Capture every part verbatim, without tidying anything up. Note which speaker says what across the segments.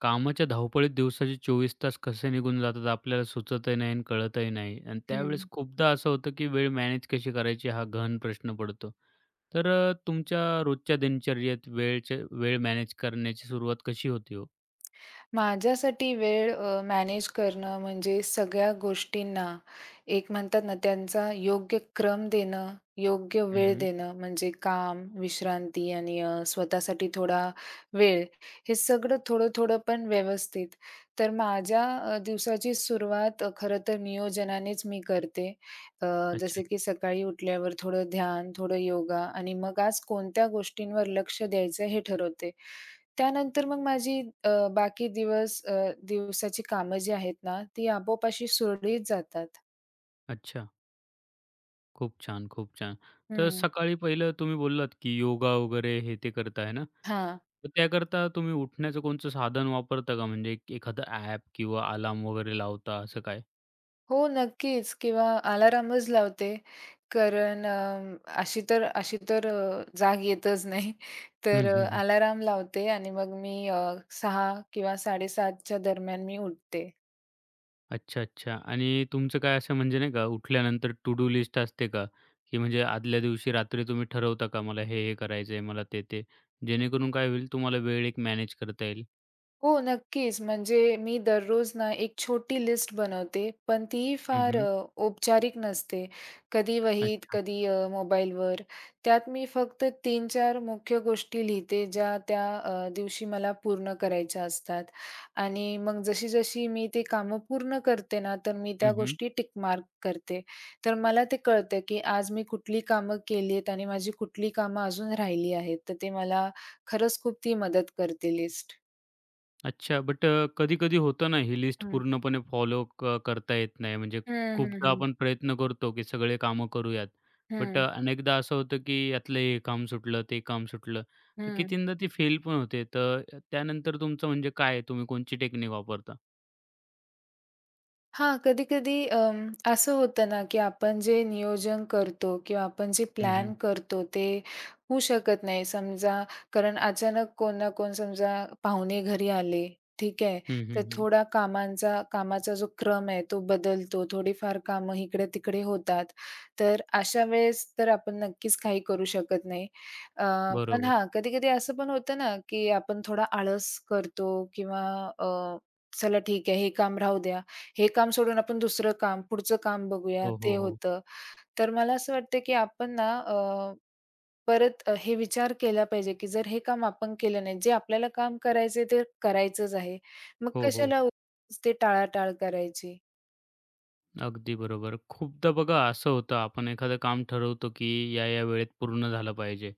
Speaker 1: कामाच्या धावपळीत दिवसाचे चोवीस तास कसे निघून जातात आपल्याला सुचतही नाही आणि कळतही नाही आणि त्यावेळेस
Speaker 2: हं.
Speaker 1: खूपदा असं होतं की वेळ मॅनेज कशी करायची हा गहन प्रश्न पडतो. तर अ, तुमच्या रोजच्या दिनचर्येत वेळचे वेळ मॅनेज करण्याची सुरुवात कशी होते हो?
Speaker 2: माझ्यासाठी वेळ अ, मॅनेज करणं म्हणजे सगळ्या गोष्टींना एक म्हणतात ना त्यांचा योग्य क्रम देणं, योग्य वेळ
Speaker 1: हं,
Speaker 2: देणं म्हणजे काम, विश्रांती आणि अ, स्वतःसाठी थोडा वेळ हे सगळं थोडं-थोडं पण व्यवस्थित. तर माझ्या अ, दिवसाची सुरुवात अ, खरं तर नियोजनानेच मी करते. अ,
Speaker 1: अच्छा,
Speaker 2: जसे की सकाळी उठल्यावर थोडं ध्यान, थोडं योगा आणि मग आज कोणत्या गोष्टींवर लक्ष द्यायचं हे ठरवते. त्यानंतर मग माझी अ, बाकी दिवस अ, दिवसाची कामं जी आहेत ना, ती आपोआप अशी सुरळीत जातात.
Speaker 1: अच्छा. खूप छान, खूप छान. तर
Speaker 2: हं.
Speaker 1: सकाळी पहिलं तुम्ही बोललात की योगा वगैरे हे ते करताय ना?
Speaker 2: हां.
Speaker 1: तर त्याकरता तुम्ही उठण्याचं कोणतं साधन वापरता का म्हणजे एक- एखादं ॲप किंवा अलार्म वगैरे लावता असं काय?
Speaker 2: हो, नक्कीच किंवा अलारामच लावते. कारण अ, अशी तर अशी तर अ, जाग येतच नाही.
Speaker 1: हं,
Speaker 2: तर अ,
Speaker 1: हं,
Speaker 2: अलाराम लावते आणि मग मी अ, सहा किंवा 7:30च्या दरम्यान मी उठते.
Speaker 1: अच्छा, अच्छा. आणि तुमचं काय असं म्हणजे नाही का उठल्यानंतर टू डू लिस्ट असते का? की म्हणजे आदल्या दिवशी रात्री तुम्ही ठरवता का मला हे, हे करायचं आहे, मला ते, ते? जेणेकरून काय होईल तुम्हाला वेळ एक मॅनेज करता येईल.
Speaker 2: हो, नक्कीच. म्हणजे मी दररोज ना एक छोटी लिस्ट बनवते, पण ती फार
Speaker 1: हं,
Speaker 2: अ, औपचारिक नसते. कधी वहीत,
Speaker 1: अच्छा.
Speaker 2: कधी अ, मोबाईलवर. त्यात मी फक्त तीन चार मुख्य गोष्टी लिहिते, ज्या त्या अ, दिवशी मला पूर्ण करायच्या असतात. आणि मग जशी-जशी मी ते कामं पूर्ण करते ना, तर मी त्या
Speaker 1: हं,
Speaker 2: गोष्टी टिक मार्क करते. तर मला ते कळतं, की आज मी कुठली कामं केली आहेत आणि माझी कुठली कामं अजून राहिली आहेत. तर ते मला खरंच खूप ती मदत करते लिस्ट.
Speaker 1: अच्छा. बट कधी-कधी होतं ना ही लिस्ट पूर्णपणे फॉलो करता येत नाही. म्हणजे
Speaker 2: हं, हं,
Speaker 1: खूपदा
Speaker 2: हं.
Speaker 1: आपण प्रयत्न करतो की सगळे कामं करूयात. बट
Speaker 2: हं,
Speaker 1: अनेकदा असं होतं की यातलं हे काम सुटलं, ते काम सुटलं. तर
Speaker 2: हं.
Speaker 1: कितींदा ती फेल पण होते. तर त्यानंतर तुमचं म्हणजे काय तुम्ही कोणची टेक्निक वापरता?
Speaker 2: हां, कधी-कधी अं, असं होतं ना, की आपण जे नियोजन करतो किंवा आपण जे
Speaker 1: हं,
Speaker 2: प्लॅन
Speaker 1: हं.
Speaker 2: करतो ते होऊ शकत नाही. समजा कारण अचानक कोण ना कोण समजा पाहुणे घरी आले, ठीक आहे.
Speaker 1: हं,
Speaker 2: तर
Speaker 1: हं, हं.
Speaker 2: थोडा कामांचा कामाचा जो क्रम आहे तो बदलतो. थोडीफार कामं इकडे-तिकडे होतात. तर अशा वेळेस तर आपण नक्कीच काही करू शकत नाही. अ, पण
Speaker 1: बरोबर.
Speaker 2: हां, कधी-कधी असं पण होतं ना, की आपण थोडा आळस करतो किंवा चला ठीक आहे, हे काम राहू द्या. हे काम सोडून आपण दुसरं काम, पुढचं काम बघूया,
Speaker 1: हो,
Speaker 2: ते
Speaker 1: हो, हो.
Speaker 2: होतं. तर मला असं वाटतं, की आपण ना अ, परत अ, हे विचार केला पाहिजे, की जर हे काम आपण केलं नाही, जे आपल्याला काम करायचंय ते करायचंच आहे. मग
Speaker 1: हो, हो.
Speaker 2: कशाला उगाच ते टाळाटाळ करायची?
Speaker 1: अगदी बरोबर. खूपदा बघा असं होतं, आपण एखादं काम ठरवतो, की या-या वेळेत पूर्ण झालं पाहिजे.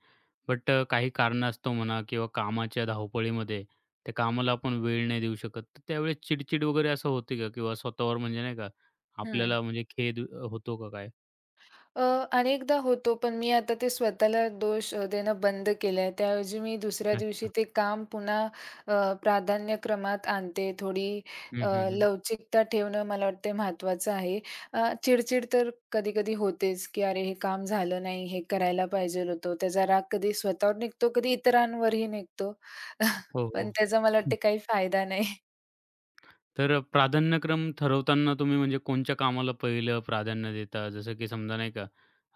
Speaker 1: बट अ, काही कारणास्तव म्हणा किंवा कामाच्या धावपळीमध्ये त्या कामाला आपण वेळ नाही देऊ शकत. तर त्यावेळेस चिडचिड वगैरे असं होते का? किंवा स्वतःवर म्हणजे नाही का
Speaker 2: हं.
Speaker 1: आपल्याला म्हणजे खेद अ, होतो का काय?
Speaker 2: अ, अनेकदा होतो, पण मी आता ते स्वतःला दोष अ, देणं बंद केलंय. त्याऐवजी मी दुसऱ्या दिवशी
Speaker 1: अच्छा.
Speaker 2: ते काम पुन्हा अ, प्राधान्यक्रमात आणते. थोडी अ,
Speaker 1: हं, हं, हं.
Speaker 2: लवचिकता ठेवणं मला वाटते महत्त्वाचं आहे. अ, चिडचिड तर कधी-कधी होतेच, की "अरे, हे काम झालं नाही, हे करायला पाहिजेल होतं." त्याचा राग कधी स्वतःवर निघतो, कधी इतरांवरही निघतो.
Speaker 1: हो,
Speaker 2: पण
Speaker 1: हो.
Speaker 2: त्याचा मला वाटते काही फायदा नाही.
Speaker 1: तर अ, प्राधान्यक्रम ठरवताना तुम्ही म्हणजे कोणत्या कामाला पहिलं प्राधान्य देता? जसं की समजा नाही का,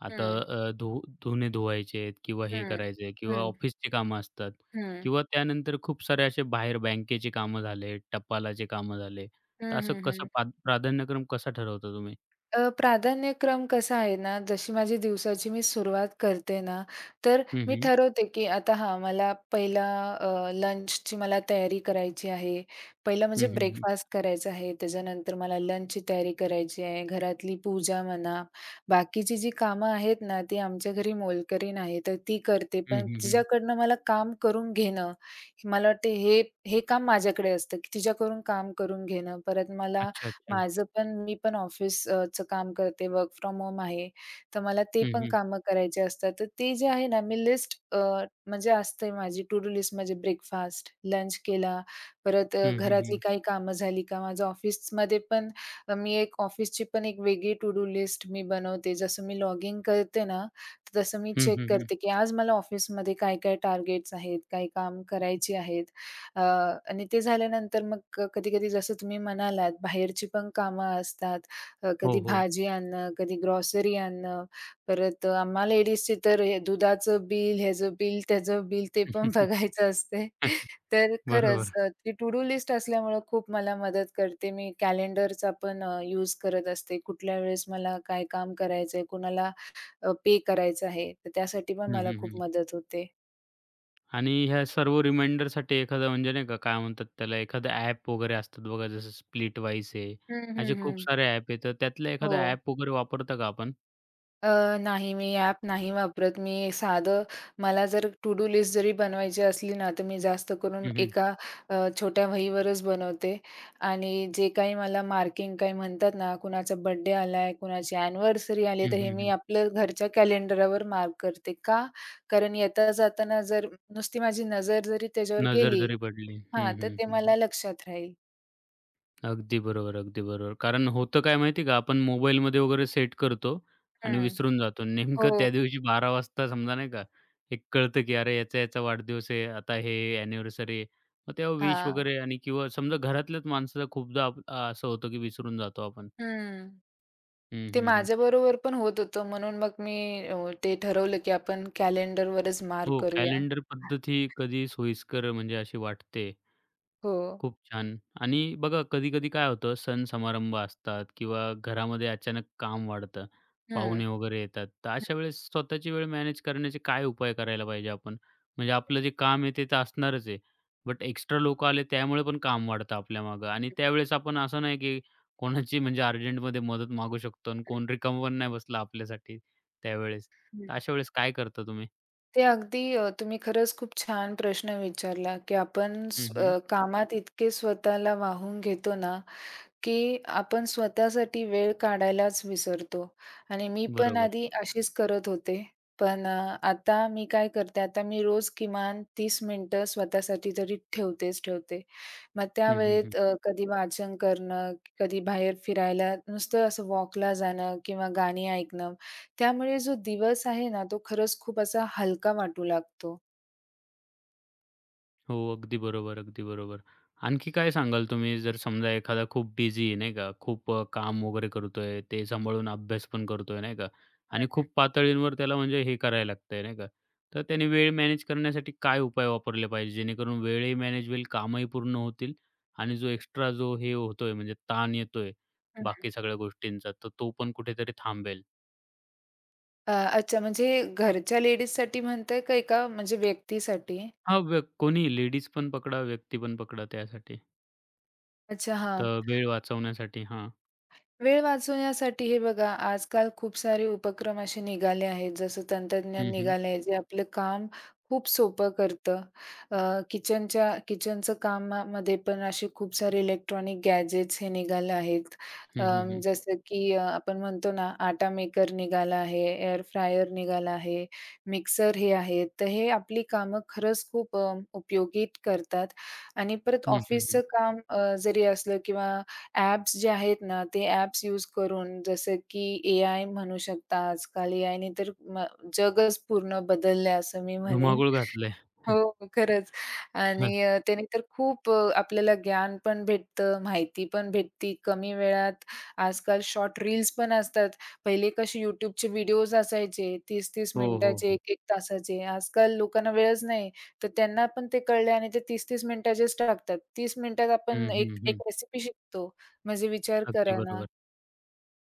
Speaker 1: आता
Speaker 2: हं,
Speaker 1: अ, धु धुणे धुवायचे आहेत किंवा हे
Speaker 2: हं,
Speaker 1: करायचं आहे किंवा
Speaker 2: हं,
Speaker 1: ऑफिसची कामं असतात
Speaker 2: हं,
Speaker 1: किंवा त्यानंतर खूप सारे असे बाहेर बँकेची कामं झाले, टपालाचे कामं झाले. तर
Speaker 2: हं,
Speaker 1: असं
Speaker 2: हं,
Speaker 1: कसं
Speaker 2: हं.
Speaker 1: पा प्राधान्यक्रम कसा ठरवता तुम्ही?
Speaker 2: अ, प्राधान्यक्रम कसा आहे ना, जशी माझी दिवसाची मी सुरुवात करते ना, तर
Speaker 1: हं,
Speaker 2: मी
Speaker 1: हं.
Speaker 2: ठरवते, की आता हां, मला पहिला अ, लंचची मला तयारी करायची आहे. पहिलं
Speaker 1: हं,
Speaker 2: म्हणजे
Speaker 1: हं, हं.
Speaker 2: ब्रेकफास्ट करायचा आहे. त्याच्यानंतर मला लंचची तयारी करायची आहे. घरातली पूजा म्हणा, बाकीची जी कामं आहेत ना, ती आमच्या घरी मोलकरीण आहे, तर ती करते.
Speaker 1: हं,
Speaker 2: पण
Speaker 1: हं, हं.
Speaker 2: तिच्याकडनं मला काम करून घेणं, मला वाटते हे हे काम माझ्याकडे असतं, की तिच्याकडून काम करून घेणं. परत मला
Speaker 1: अच्छा, अच्छा.
Speaker 2: माझं पण मी पण ऑफिस अ, चं काम करते, वर्क फ्रॉम होम आहे. तर मला ते
Speaker 1: हं,
Speaker 2: पण
Speaker 1: हं.
Speaker 2: कामं करायचे असतात. तर ते जे आहे ना, मी लिस्ट अ, म्हणजे असते माझी टू डू लिस्ट म्हणजे ब्रेकफास्ट, लंच केला, परत अ,
Speaker 1: हं, हं,
Speaker 2: घरातली
Speaker 1: हं.
Speaker 2: काही कामं झाली का? माझं ऑफिसमध्ये पण अ, मी एक ऑफिसची पण एक वेगळी टू डू लिस्ट मी बनवते. जसं मी लॉगिन करते ना, तर तसं मी
Speaker 1: हं,
Speaker 2: चेक
Speaker 1: हं, हं.
Speaker 2: करते, की आज मला ऑफिसमध्ये काय-काय टार्गेट्स आहेत, काय काम करायची आहेत. अ, आणि ते झाल्यानंतर मग अ, कधी-कधी जसं तुम्ही म्हणालात, बाहेरची पण कामं असतात. अ,
Speaker 1: हो,
Speaker 2: कधी
Speaker 1: हो.
Speaker 2: भाजी आणणं, कधी ग्रॉसरी आणणं, परत अ, आम्हा लेडीजची तर हे दुधाचं बिल, ह्याचं बिल, त्याचं बिल ते पण बघायचं असते. तर खरंच
Speaker 1: बरोबर.
Speaker 2: अ, ती टू डू लिस्ट असल्यामुळं खूप मला मदत करते. मी कॅलेंडरचा पण अ, यूज करत असते. कुठल्या वेळेस मला काय काम करायचं आहे, कुणाला पे करायचं आहे, तर त्यासाठी पण
Speaker 1: हं,
Speaker 2: मला
Speaker 1: हं,
Speaker 2: खूप
Speaker 1: हं.
Speaker 2: मदत होते.
Speaker 1: आणि ह्या सर्व रिमाइंडरसाठी एखादा म्हणजे नाही का, काय म्हणतात त्याला, एखादं ॲप वगैरे असतात बघा, जसं स्प्लिटवाईज आहे.
Speaker 2: हं, हं,
Speaker 1: असे खूप
Speaker 2: हं.
Speaker 1: सारे ॲप आहेत. तर त्यातलं
Speaker 2: हो.
Speaker 1: एखादं ॲप वगैरे वापरता का आपण?
Speaker 2: अ, नाही, मी ॲप नाही वापरत. मी साधं मला जर टू डू लिस्ट जरी बनवायची असली ना, तर मी जास्त करून
Speaker 1: हं, हं.
Speaker 2: एका अ, छोट्या वहीवरच बनवते आणि जे काही मला मार्किंग काही म्हणतात ना, कुणाचा बर्थडे आलाय, कुणाची अॅनिव्हर्सरी आली,
Speaker 1: हं,
Speaker 2: तर हे
Speaker 1: हं,
Speaker 2: मी
Speaker 1: हं.
Speaker 2: आपलं घरच्या कॅलेंडरवर मार्क करते. का? कारण येता-जाताना जर नुसती माझी नजर जरी त्याच्यावर
Speaker 1: नजर
Speaker 2: गेली
Speaker 1: जरी पडली.
Speaker 2: हां,
Speaker 1: हं,
Speaker 2: तर
Speaker 1: हं,
Speaker 2: ते
Speaker 1: हं. हं.
Speaker 2: मला लक्षात राहील.
Speaker 1: अगदी बरोबर, अगदी बरोबर. कारण होतं काय माहिती आहे का, आपण मोबाईलमध्ये वगैरे सेट करतो आणि
Speaker 2: हं.
Speaker 1: विसरून जातो. नेमकं
Speaker 2: हो.
Speaker 1: त्या दिवशी बारा वाजता समजा नाही का, एक कळतं की अरे याचा-याचा वाढदिवस आहे, आता हे अॅनिव्हर्सरी आहे. मग तेव्हा विश
Speaker 2: हां.
Speaker 1: वगैरे आणि किंवा समजा घरातल्याच माणसाला खूपदा आप आ- असं होतं की विसरून जातो आपण.
Speaker 2: हं.
Speaker 1: हं,
Speaker 2: ते
Speaker 1: हं, हं.
Speaker 2: माझ्याबरोबर पण होत होतं म्हणून मग मी अ, ते ठरवलं की आपण कॅलेंडरवरच मार्क
Speaker 1: हो,
Speaker 2: करूया.
Speaker 1: कॅलेंडर
Speaker 2: हां.
Speaker 1: पद्धती कधी सोयीस्कर म्हणजे अशी वाटते.
Speaker 2: हो.
Speaker 1: खूप छान. आणि बघा कधी-कधी काय होतं सण समारंभ असतात किंवा घरामध्ये अचानक काम वाढतं. पाहुणे वगैरे येतात. तर अशा वेळेस स्वतःची वेळ मॅनेज करण्याचे काय उपाय करायला पाहिजे आपण? म्हणजे आपलं जे काम आहे ते तर असणारच आहे. बट एक्स्ट्रा लोकं आले त्यामुळे पण काम वाढतं आपल्या मागं आणि त्यावेळेस आपण असं नाही की कोणाची म्हणजे अर्जंटमध्ये मदत मागू शकतो आणि कोण रिकामं पण नाही बसलं आपल्यासाठी त्यावेळेस.
Speaker 2: हं, हं.
Speaker 1: तर अशा वेळेस काय करता तुम्ही?
Speaker 2: ते अगदी अ, तुम्ही खरंच खूप छान प्रश्न विचारला की आपण
Speaker 1: हं,
Speaker 2: स्व
Speaker 1: हं.
Speaker 2: अ, कामात इतके स्वतःला वाहून घेतो ना की आपण स्वतःसाठी वेळ काढायलाच विसरतो आणि मी पण
Speaker 1: बरोबर.
Speaker 2: आधी अशीच करत होते. पण अ, आता मी काय करते, आता मी रोज किमान तीस मिनिटं स्वतःसाठी तरी ठेवतेच ठेवते. मग त्यावेळेत अ, कधी वाचन करणं, कधी बाहेर फिरायला, नुसतं असं वॉकला जाणं किंवा गाणी ऐकणं. त्यामुळे जो दिवस आहे ना, तो खरंच खूप असा हलका वाटू लागतो.
Speaker 1: हो, अगदी बरोबर, अगदी बरोबर. आणखी काय सांगाल तुम्ही जर समजा एखादा खूप बिझी आहे, नाही का? खूप अ, काम वगैरे करतोय, ते सांभाळून अभ्यास पण करतोय, नाही का? आणि खूप पातळींवर त्याला म्हणजे हे करायला लागतंय, नाही का? तर त्याने वेळ मॅनेज करण्यासाठी काय उपाय वापरले पाहिजे, जेणेकरून वेळही मॅनेज होईल, कामही पूर्ण होतील आणि जो एक्स्ट्रा जो हे होतोय म्हणजे ताण येतोय
Speaker 2: हं, हं.
Speaker 1: बाकी सगळ्या गोष्टींचा, तर तो पण कुठेतरी थांबेल?
Speaker 2: अ, अच्छा म्हणजे घरच्या लेडीजसाठी म्हणताय का एका म्हणजे व्यक्तीसाठी?
Speaker 1: हां, व्य कोणीही लेडीज पण पकडा, व्यक्ती पण पकडा त्यासाठी.
Speaker 2: अच्छा, हां.
Speaker 1: तर वेळ वाचवण्यासाठी हां.
Speaker 2: वेळ वाचवण्यासाठी हे बघा, आजकाल खूप सारे उपक्रम असे निघाले आहेत, जसं तंत्रज्ञान
Speaker 1: हं, हं.
Speaker 2: निघालं आहे, जे आपलं काम खूप सोपं करतं. अ, किचनच्या किचनचं कामामध्ये पण असे खूप सारे इलेक्ट्रॉनिक गॅजेट्स हे निघाले आहेत.
Speaker 1: हं, हं,
Speaker 2: अं,
Speaker 1: हं.
Speaker 2: जसं की अ, आपण म्हणतो ना, आटा मेकर निघाला आहे, एअर फ्रायर निघाला आहे, मिक्सर हे आहेत. तर हे आपली कामं खरंच खूप अ, उपयोगी करतात आणि परत
Speaker 1: हं, हं,
Speaker 2: ऑफिसचं
Speaker 1: हं.
Speaker 2: काम अ, जरी असलं किंवा ॲप्स जे आहेत ना, ते ॲप्स यूज करून जसं की एआय म्हणू शकता आजकाल एआयने तर म जगच पूर्ण बदललंय असं मी म्हणेन.
Speaker 1: धुमाकूळ घातलंय.
Speaker 2: हो, खरंच आणि अ, त्याने तर खूप अ, आपल्याला ज्ञान पण भेटतं, माहिती पण भेटते कमी वेळात. आजकाल शॉर्ट रील्स पण असतात. पहिले कसे YouTubeचे व्हिडिओज असायचे तीस तीस
Speaker 1: हो, हो,
Speaker 2: मिनिटाचे,
Speaker 1: हो.
Speaker 2: एक एक तासाचे. आजकाल लोकांना वेळच नाही, तर त्यांना पण ते कळले आणि ते तीस तीस मिनिटाचेच टाकतात. तीस- मिनिटात
Speaker 1: हं,
Speaker 2: आपण एक
Speaker 1: हं, हं.
Speaker 2: एक रेसिपी शिकतो. म्हणजे विचार
Speaker 1: अगदी
Speaker 2: करा ना.
Speaker 1: बरोबर.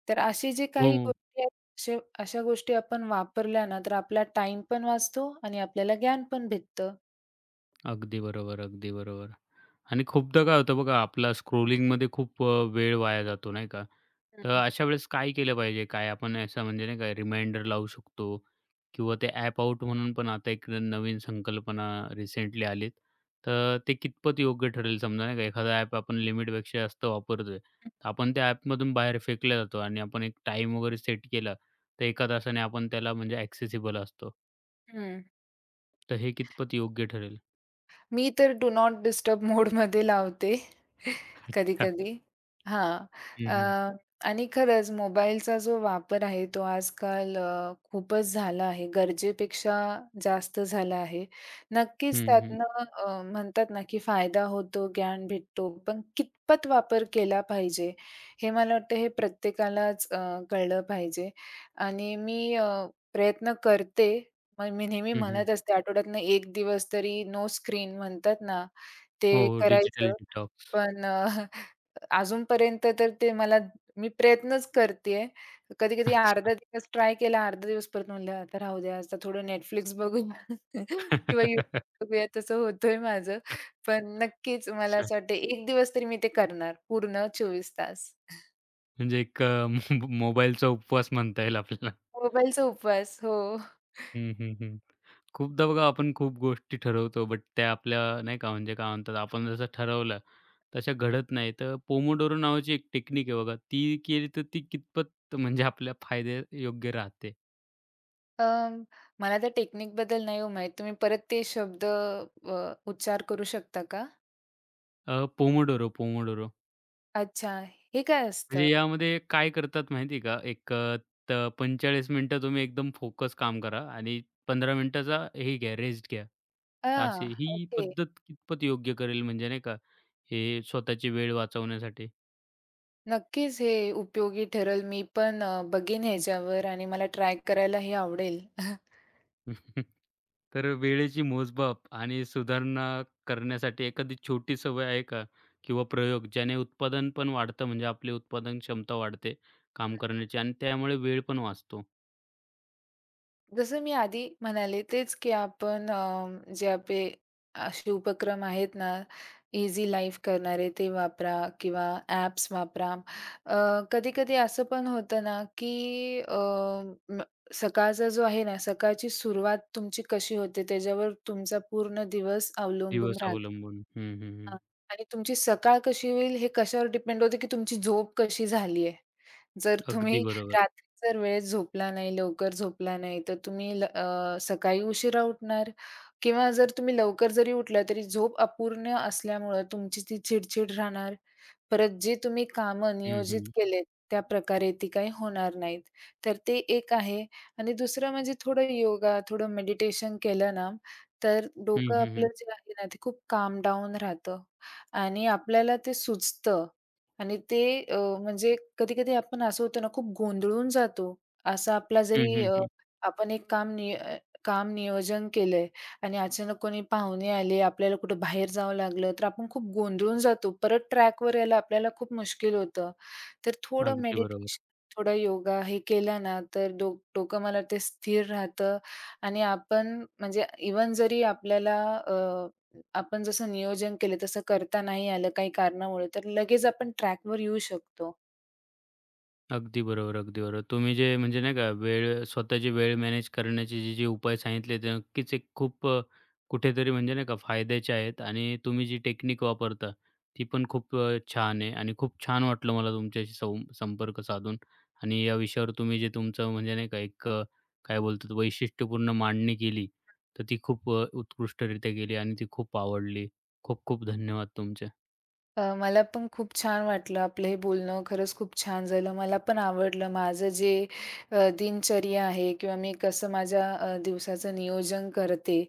Speaker 2: तर अशी जी काही
Speaker 1: हो,
Speaker 2: गोष्टी आहेत, अशा अशा गोष्टी आपण वापरल्या ना, तर आपला टाईम पण वाचतो आणि आपल्याला ज्ञान पण भेटतं.
Speaker 1: अगदी बरोबर, अगदी बरोबर. आणि खूपदा काय होतं बघा, आपला स्क्रोलिंगमध्ये खूप अ, वेळ वाया जातो, नाही का? तर
Speaker 2: हं.
Speaker 1: अशा वेळेस काय केलं पाहिजे? काय आपण असं म्हणजे नाही का रिमाइंडर लावू शकतो किंवा ते ॲप आउट म्हणून पण आता एक नवीन संकल्पना रिसेंटली आलीत. तर ते कितपत योग्य ठरेल समजा नाही का, एखादा ॲप आपण लिमिटपेक्षा जास्त वापरतोय, तर आपण त्या ॲपमधून बाहेर फेकले जातो आणि आपण एक टाईम वगैरे सेट केला, तर एका तासाने आपण त्याला म्हणजे ॲक्सेसिबल असतो.
Speaker 2: हं.
Speaker 1: तर हे कितपत योग्य ठरेल?
Speaker 2: मी तर डू नॉट डिस्टर्ब मोडमध्ये लावते
Speaker 1: अच्छा.
Speaker 2: कधी-कधी. हां. अ,
Speaker 1: हं, हं.
Speaker 2: आणि खरंच मोबाईलचा जो वापर आहे तो आजकाल अ, खूपच झाला आहे. गरजेपेक्षा जास्त झाला आहे. नक्कीच
Speaker 1: हं, हं.
Speaker 2: त्यातनं अ, म्हणतात ना, की फायदा होतो, ज्ञान भेटतो, पण कितपत वापर केला पाहिजे हे मला वाटतं हे प्रत्येकालाच अ, कळलं पाहिजे आणि मी अ, प्रयत्न करते मग मी नेहमी
Speaker 1: हं, हं.
Speaker 2: म्हणत असते आठवड्यातनं एक दिवस तरी नो स्क्रीन म्हणतात ना, ते
Speaker 1: हो, हो. डिजिटल
Speaker 2: करायचं.
Speaker 1: डिटॉक्स.
Speaker 2: पण अ, अजूनपर्यंत तर ते मला मी प्रयत्नच करतेय. कधी-कधी
Speaker 1: अच्छा.
Speaker 2: अर्धा दिवस ट्राय केला, अर्धा दिवस परत म्हणलं आता राहू द्या, आता थोडं Netflix बघूया किंवा YouTube बघूया तसं होतंय माझं. पण नक्कीच मला
Speaker 1: अच्छा.
Speaker 2: असं वाटतं एक दिवस तरी मी ते करणार पूर्ण चोवीस तास.
Speaker 1: म्हणजे एक अ, मो मोबाईलचा उपवास म्हणता येईल आपल्याला.
Speaker 2: मोबाईलचा उपवास. हो.
Speaker 1: हं, हं, हं. खूपदा बघा आपण खूप गोष्टी ठरवतो, बट त्या आपल्या नाही का म्हणजे काय म्हणतात आपण जसं ठरवलं तशा घडत नाही. तर पोमोडोरो नावाची एक टेक्निक आहे बघा, ती केली तर ती कितपत म्हणजे आपल्या फायदे योग्य राहते?
Speaker 2: अं, मला त्या टेक्निकबद्दल नाही हो माहीत. तुम्ही परत ते शब्द अ, उच्चार करू शकता का?
Speaker 1: अ, पोमोडोरो, पोमोडोरो.
Speaker 2: अच्छा, हे काय असतं?
Speaker 1: म्हणजे यामध्ये काय करतात माहिती आहे का? एक अ, त पंचेचाळीस मिनिटं तुम्ही एकदम फोकस काम करा आणि पंधरा मिनिटाचा हे घ्या, रेस्ट घ्या. तर अशी
Speaker 2: हां,
Speaker 1: ही
Speaker 2: ओके.
Speaker 1: पद्धत कितपत योग्य करेल म्हणजे नाही का, हे स्वतःची वेळ वाचवण्यासाठी?
Speaker 2: नक्कीच हे उपयोगी ठरेल. मी पण अ, बघेन ह्याच्यावर आणि मला ट्राय करायलाही आवडेल.
Speaker 1: तर वेळेची मोजमाप आणि सुधारणा करण्यासाठी एखादी छोटी सवय आहे का? किंवा प्रयोग ज्याने उत्पादन पण वाढतं म्हणजे आपली उत्पादन क्षमता वाढते काम करण्याची आणि त्यामुळे वेळ पण वाचतो
Speaker 2: जसं मी आधी म्हणाले तेच, की आपण अ, जे आपले असे उपक्रम आहेत ना, इझी लाईफ करणारे ते वापरा किंवा ॲप्स वापरा. अ, कधी-कधी असं पण होतं ना, की अ, म सकाळचा जो आहे ना, सकाळची सुरुवात तुमची कशी होते त्याच्यावर तुमचा पूर्ण दिवस अवलंबून
Speaker 1: दिवस
Speaker 2: राहतो.
Speaker 1: अवलंबून. हं, हं,
Speaker 2: हां.
Speaker 1: हं.
Speaker 2: आणि तुमची सकाळ कशी होईल हे कशावर डिपेंड होते, की तुमची झोप कशी झाली आहे. जर
Speaker 1: अगदी
Speaker 2: तुम्ही
Speaker 1: बरोबर.
Speaker 2: रात्री जर वेळेत झोपला नाही, लवकर झोपला नाही, तर तुम्ही ल अ, सकाळी उशिरा उठणार किंवा जर तुम्ही लवकर जरी उठला, तरी झोप अपूर्ण असल्यामुळं तुमची ती चिड राहणार. परत जे तुम्ही कामं
Speaker 1: हं,
Speaker 2: नियोजित
Speaker 1: हं.
Speaker 2: केलेत, त्या प्रकारे ती काही होणार नाहीत. तर ते एक आहे आणि दुसरं म्हणजे थोडं योगा, थोडं मेडिटेशन केलं ना तर
Speaker 1: हं,
Speaker 2: डोकं
Speaker 1: हं,
Speaker 2: आपलं
Speaker 1: हं.
Speaker 2: जे आहे ना, ते खूप काम डाउन राहतं आणि आपल्याला ते सुचतं आणि ते अ, म्हणजे कधी-कधी आपण असं होतं ना, खूप गोंधळून जातो. असा आपला
Speaker 1: हं,
Speaker 2: जरी
Speaker 1: हं,
Speaker 2: अ,
Speaker 1: हं.
Speaker 2: आपण एक काम नि अ, काम नियोजन केलंय आणि अचानक कोणी पाहुणे आले, आपल्याला कुठं बाहेर जावं लागलं, तर आपण खूप गोंधळून जातो. परत ट्रॅकवर यायला आपल्याला खूप मुश्किल होतं. तर थोडं
Speaker 1: अगदी बरोबर.
Speaker 2: मेडिटेशन, थोडा योगा हे केलं ना, तर डो डोकं मला वाटते स्थिर राहतं आणि आपण म्हणजे इव्हन जरी आपल्याला अ, आपण जसं नियोजन केलं तसं करता नाही आलं काही कारणामुळे, तर लगेच आपण ट्रॅकवर येऊ शकतो.
Speaker 1: अगदी बरोबर, अगदी बरोबर. तुम्ही जे म्हणजे नाही का वेळ स्वतःची वेळ मॅनेज करण्याचे जे जे उपाय सांगितले ते नक्कीच एक खूप अ, कुठेतरी म्हणजे नाही का फायद्याचे आहेत आणि तुम्ही जी टेक्निक वापरता ती पण खूप अ, छान आहे आणि खूप छान वाटलं मला तुमच्याशी सौ संपर्क साधून आणि या विषयावर तुम्ही जे तुमचं म्हणजे नाही का एक अ, काय बोलतात वैशिष्ट्यपूर्ण मांडणी केली, तर ती खूप अ, उत्कृष्टरित्या केली आणि ती खूप आवडली. खूप खूप धन्यवाद तुमचे.
Speaker 2: अ, मला पण खूप छान वाटलं आपलं हे बोलणं खरंच खूप छान झालं. मला पण आवडलं माझं जे अ, दिनचर्या आहे किंवा मी कसं माझ्या अ, दिवसाचं नियोजन करते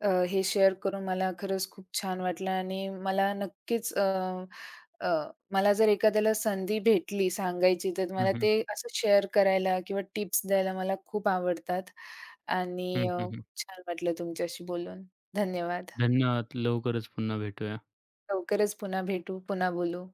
Speaker 2: अ, हे शेअर करून मला खरंच खूप छान वाटलं आणि मला नक्कीच अ, अ, मला जर एखाद्याला संधी भेटली सांगायची तर
Speaker 1: हं,
Speaker 2: मला
Speaker 1: हं.
Speaker 2: ते असं शेअर करायला किंवा टिप्स द्यायला मला खूप आवडतात
Speaker 1: हं,
Speaker 2: आणि अ,
Speaker 1: हं, हं.
Speaker 2: खूप छान वाटलं तुमच्याशी बोलून. धन्यवाद.
Speaker 1: धन्यवाद. लवकरच पुन्हा भेटूया.
Speaker 2: लवकरच पुन्हा भेटू, पुन्हा बोलू.